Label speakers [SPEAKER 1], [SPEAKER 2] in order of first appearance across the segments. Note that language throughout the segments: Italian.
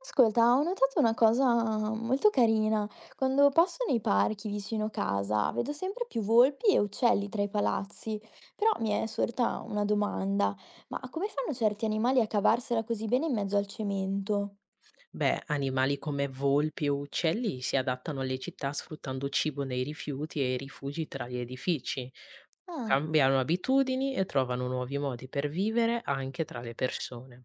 [SPEAKER 1] Ascolta, ho notato una cosa molto carina. Quando passo nei parchi vicino casa, vedo sempre più volpi e uccelli tra i palazzi. Però mi è sorta una domanda, ma come fanno certi animali a cavarsela così bene in mezzo al cemento?
[SPEAKER 2] Beh, animali come volpi o uccelli si adattano alle città sfruttando cibo nei rifiuti e rifugi tra gli edifici,
[SPEAKER 1] Ah,
[SPEAKER 2] cambiano abitudini e trovano nuovi modi per vivere anche tra le persone.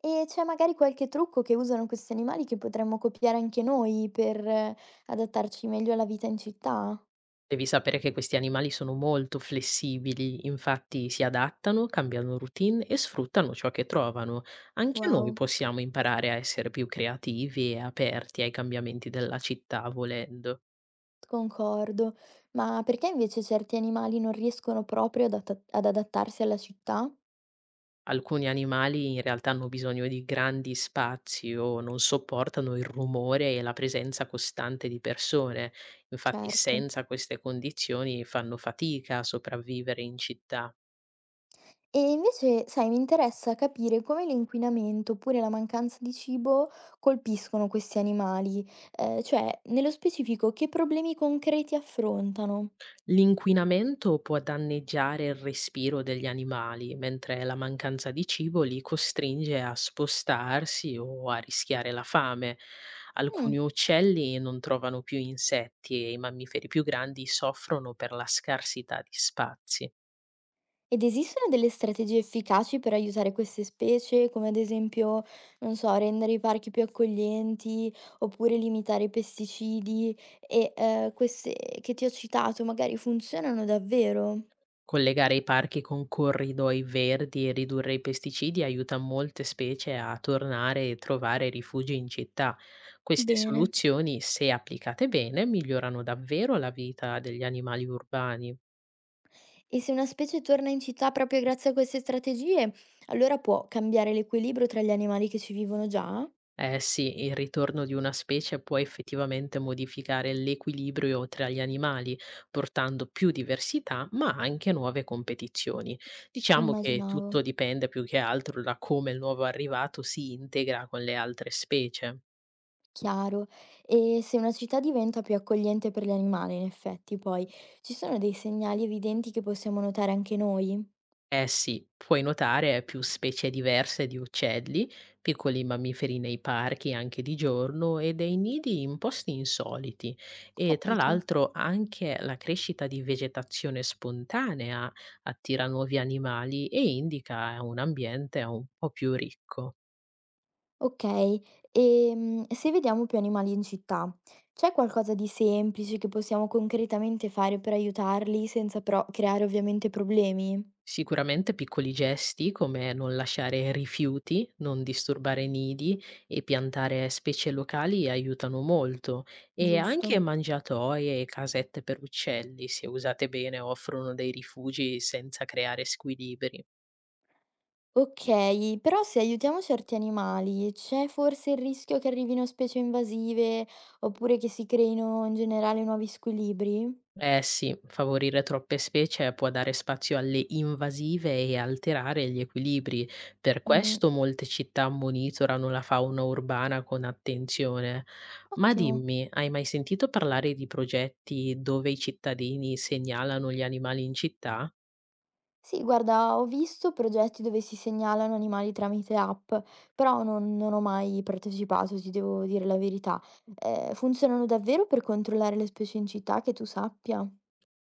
[SPEAKER 1] e c'è magari qualche trucco che usano questi animali che potremmo copiare anche noi per adattarci meglio alla vita in città?
[SPEAKER 2] Devi sapere che questi animali sono molto flessibili, infatti si adattano, cambiano routine e sfruttano ciò che trovano. Anche noi
[SPEAKER 1] Wow,
[SPEAKER 2] possiamo imparare a essere più creativi e aperti ai cambiamenti della città volendo.
[SPEAKER 1] concordo. Ma perché invece certi animali non riescono proprio ad adattarsi alla città?
[SPEAKER 2] Alcuni animali in realtà hanno bisogno di grandi spazi o non sopportano il rumore e la presenza costante di persone. Infatti,
[SPEAKER 1] Certo.
[SPEAKER 2] senza queste condizioni fanno fatica a sopravvivere in città.
[SPEAKER 1] E invece, sai, mi interessa capire come l'inquinamento oppure la mancanza di cibo colpiscono questi animali, cioè, nello specifico, che problemi concreti affrontano.
[SPEAKER 2] L'inquinamento può danneggiare il respiro degli animali, mentre la mancanza di cibo li costringe a spostarsi o a rischiare la fame.
[SPEAKER 1] Mm.
[SPEAKER 2] Alcuni uccelli non trovano più insetti e i mammiferi più grandi soffrono per la scarsità di spazi.
[SPEAKER 1] Ed esistono delle strategie efficaci per aiutare queste specie, come ad esempio, non so, rendere i parchi più accoglienti oppure limitare i pesticidi e queste che ti ho citato magari funzionano davvero?
[SPEAKER 2] Collegare i parchi con corridoi verdi e ridurre i pesticidi aiuta molte specie a tornare e trovare rifugio in città. Queste
[SPEAKER 1] Bene.
[SPEAKER 2] soluzioni, se applicate bene, migliorano davvero la vita degli animali urbani.
[SPEAKER 1] E se una specie torna in città proprio grazie a queste strategie, allora può cambiare l'equilibrio tra gli animali che ci vivono già?
[SPEAKER 2] Eh sì, il ritorno di una specie può effettivamente modificare l'equilibrio tra gli animali, portando più diversità, ma anche nuove competizioni. Diciamo che tutto
[SPEAKER 1] Immaginavo,
[SPEAKER 2] dipende più che altro da come il nuovo arrivato si integra con le altre specie.
[SPEAKER 1] chiaro. E se una città diventa più accogliente per gli animali, in effetti, poi ci sono dei segnali evidenti che possiamo notare anche noi?
[SPEAKER 2] Eh sì, puoi notare più specie diverse di uccelli, piccoli mammiferi nei parchi anche di giorno e dei nidi in posti insoliti. E tra
[SPEAKER 1] Capito.
[SPEAKER 2] l'altro anche la crescita di vegetazione spontanea attira nuovi animali e indica un ambiente un po' più ricco.
[SPEAKER 1] Ok, e se vediamo più animali in città, c'è qualcosa di semplice che possiamo concretamente fare per aiutarli senza però creare ovviamente problemi?
[SPEAKER 2] Sicuramente piccoli gesti come non lasciare rifiuti, non disturbare nidi e piantare specie locali aiutano molto e
[SPEAKER 1] Giusto.
[SPEAKER 2] anche mangiatoie e casette per uccelli, se usate bene, offrono dei rifugi senza creare squilibri.
[SPEAKER 1] Okay, però se aiutiamo certi animali, c'è forse il rischio che arrivino specie invasive, oppure che si creino in generale nuovi squilibri?
[SPEAKER 2] Eh sì, favorire troppe specie può dare spazio alle invasive e alterare gli equilibri. Per
[SPEAKER 1] Mh,
[SPEAKER 2] questo molte città monitorano la fauna urbana con attenzione. Ma
[SPEAKER 1] ottimo.
[SPEAKER 2] dimmi, hai mai sentito parlare di progetti dove i cittadini segnalano gli animali in città?
[SPEAKER 1] Sì, guarda, ho visto progetti dove si segnalano animali tramite app, però non ho mai partecipato, ti devo dire la verità. Funzionano davvero per controllare le specie in città, che tu sappia?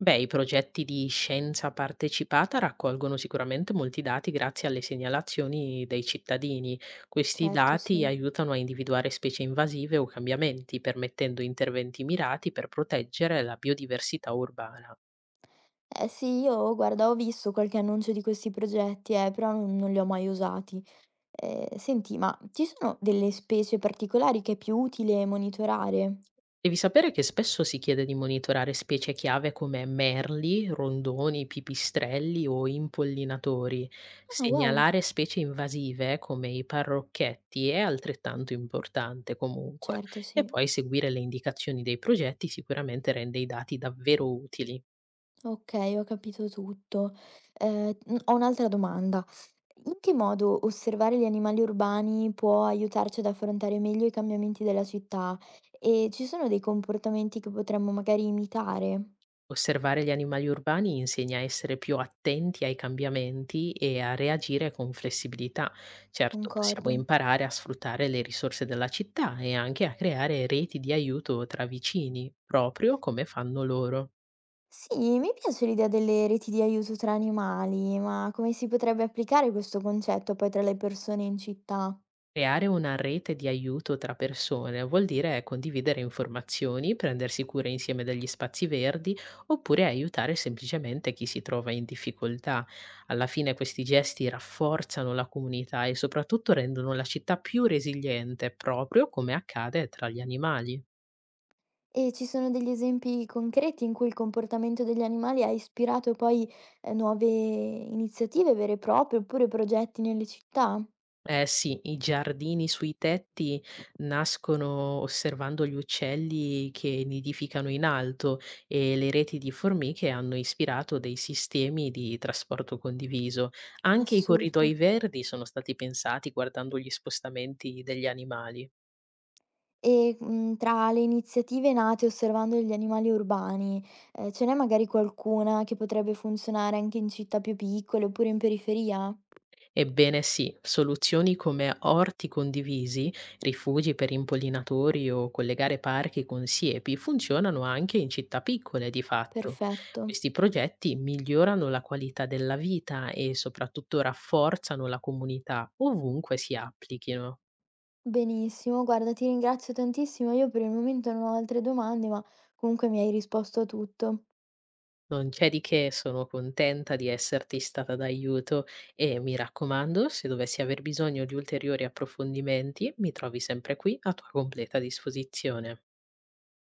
[SPEAKER 2] Beh, i progetti di scienza partecipata raccolgono sicuramente molti dati grazie alle segnalazioni dei cittadini. Questi
[SPEAKER 1] Certo,
[SPEAKER 2] dati
[SPEAKER 1] sì.
[SPEAKER 2] aiutano a individuare specie invasive o cambiamenti, permettendo interventi mirati per proteggere la biodiversità urbana.
[SPEAKER 1] Eh sì, io guarda, ho visto qualche annuncio di questi progetti, però non li ho mai usati. Senti, ma ci sono delle specie particolari che è più utile monitorare?
[SPEAKER 2] Devi sapere che spesso si chiede di monitorare specie chiave come merli, rondoni, pipistrelli o impollinatori.
[SPEAKER 1] Ah, wow!
[SPEAKER 2] Segnalare specie invasive come i parrocchetti è altrettanto importante comunque.
[SPEAKER 1] Certo,
[SPEAKER 2] E
[SPEAKER 1] sì.
[SPEAKER 2] poi seguire le indicazioni dei progetti sicuramente rende i dati davvero utili.
[SPEAKER 1] Okay, ho capito tutto. Ho un'altra domanda. In che modo osservare gli animali urbani può aiutarci ad affrontare meglio i cambiamenti della città? E ci sono dei comportamenti che potremmo magari imitare?
[SPEAKER 2] Osservare gli animali urbani insegna a essere più attenti ai cambiamenti e a reagire con flessibilità. Certo, possiamo
[SPEAKER 1] Concordo.
[SPEAKER 2] imparare a sfruttare le risorse della città e anche a creare reti di aiuto tra vicini, proprio come fanno loro.
[SPEAKER 1] Sì, mi piace l'idea delle reti di aiuto tra animali, ma come si potrebbe applicare questo concetto poi tra le persone in città?
[SPEAKER 2] Creare una rete di aiuto tra persone vuol dire condividere informazioni, prendersi cura insieme degli spazi verdi oppure aiutare semplicemente chi si trova in difficoltà. Alla fine questi gesti rafforzano la comunità e soprattutto rendono la città più resiliente, proprio come accade tra gli animali.
[SPEAKER 1] E ci sono degli esempi concreti in cui il comportamento degli animali ha ispirato poi, nuove iniziative vere e proprie, oppure progetti nelle città?
[SPEAKER 2] Eh sì, i giardini sui tetti nascono osservando gli uccelli che nidificano in alto e le reti di formiche hanno ispirato dei sistemi di trasporto condiviso. Anche i corridoi
[SPEAKER 1] Assurdo.
[SPEAKER 2] verdi sono stati pensati guardando gli spostamenti degli animali.
[SPEAKER 1] E, tra le iniziative nate osservando gli animali urbani, ce n'è magari qualcuna che potrebbe funzionare anche in città più piccole, oppure in periferia?
[SPEAKER 2] Ebbene sì, soluzioni come orti condivisi, rifugi per impollinatori o collegare parchi con siepi funzionano anche in città piccole di fatto.
[SPEAKER 1] Perfetto.
[SPEAKER 2] Questi progetti migliorano la qualità della vita e soprattutto rafforzano la comunità ovunque si applichino.
[SPEAKER 1] Benissimo, guarda ti ringrazio tantissimo. Io per il momento non ho altre domande, ma comunque mi hai risposto a tutto.
[SPEAKER 2] Non c'è di che, sono contenta di esserti stata d'aiuto e mi raccomando, se dovessi aver bisogno di ulteriori approfondimenti, mi trovi sempre qui a tua completa disposizione.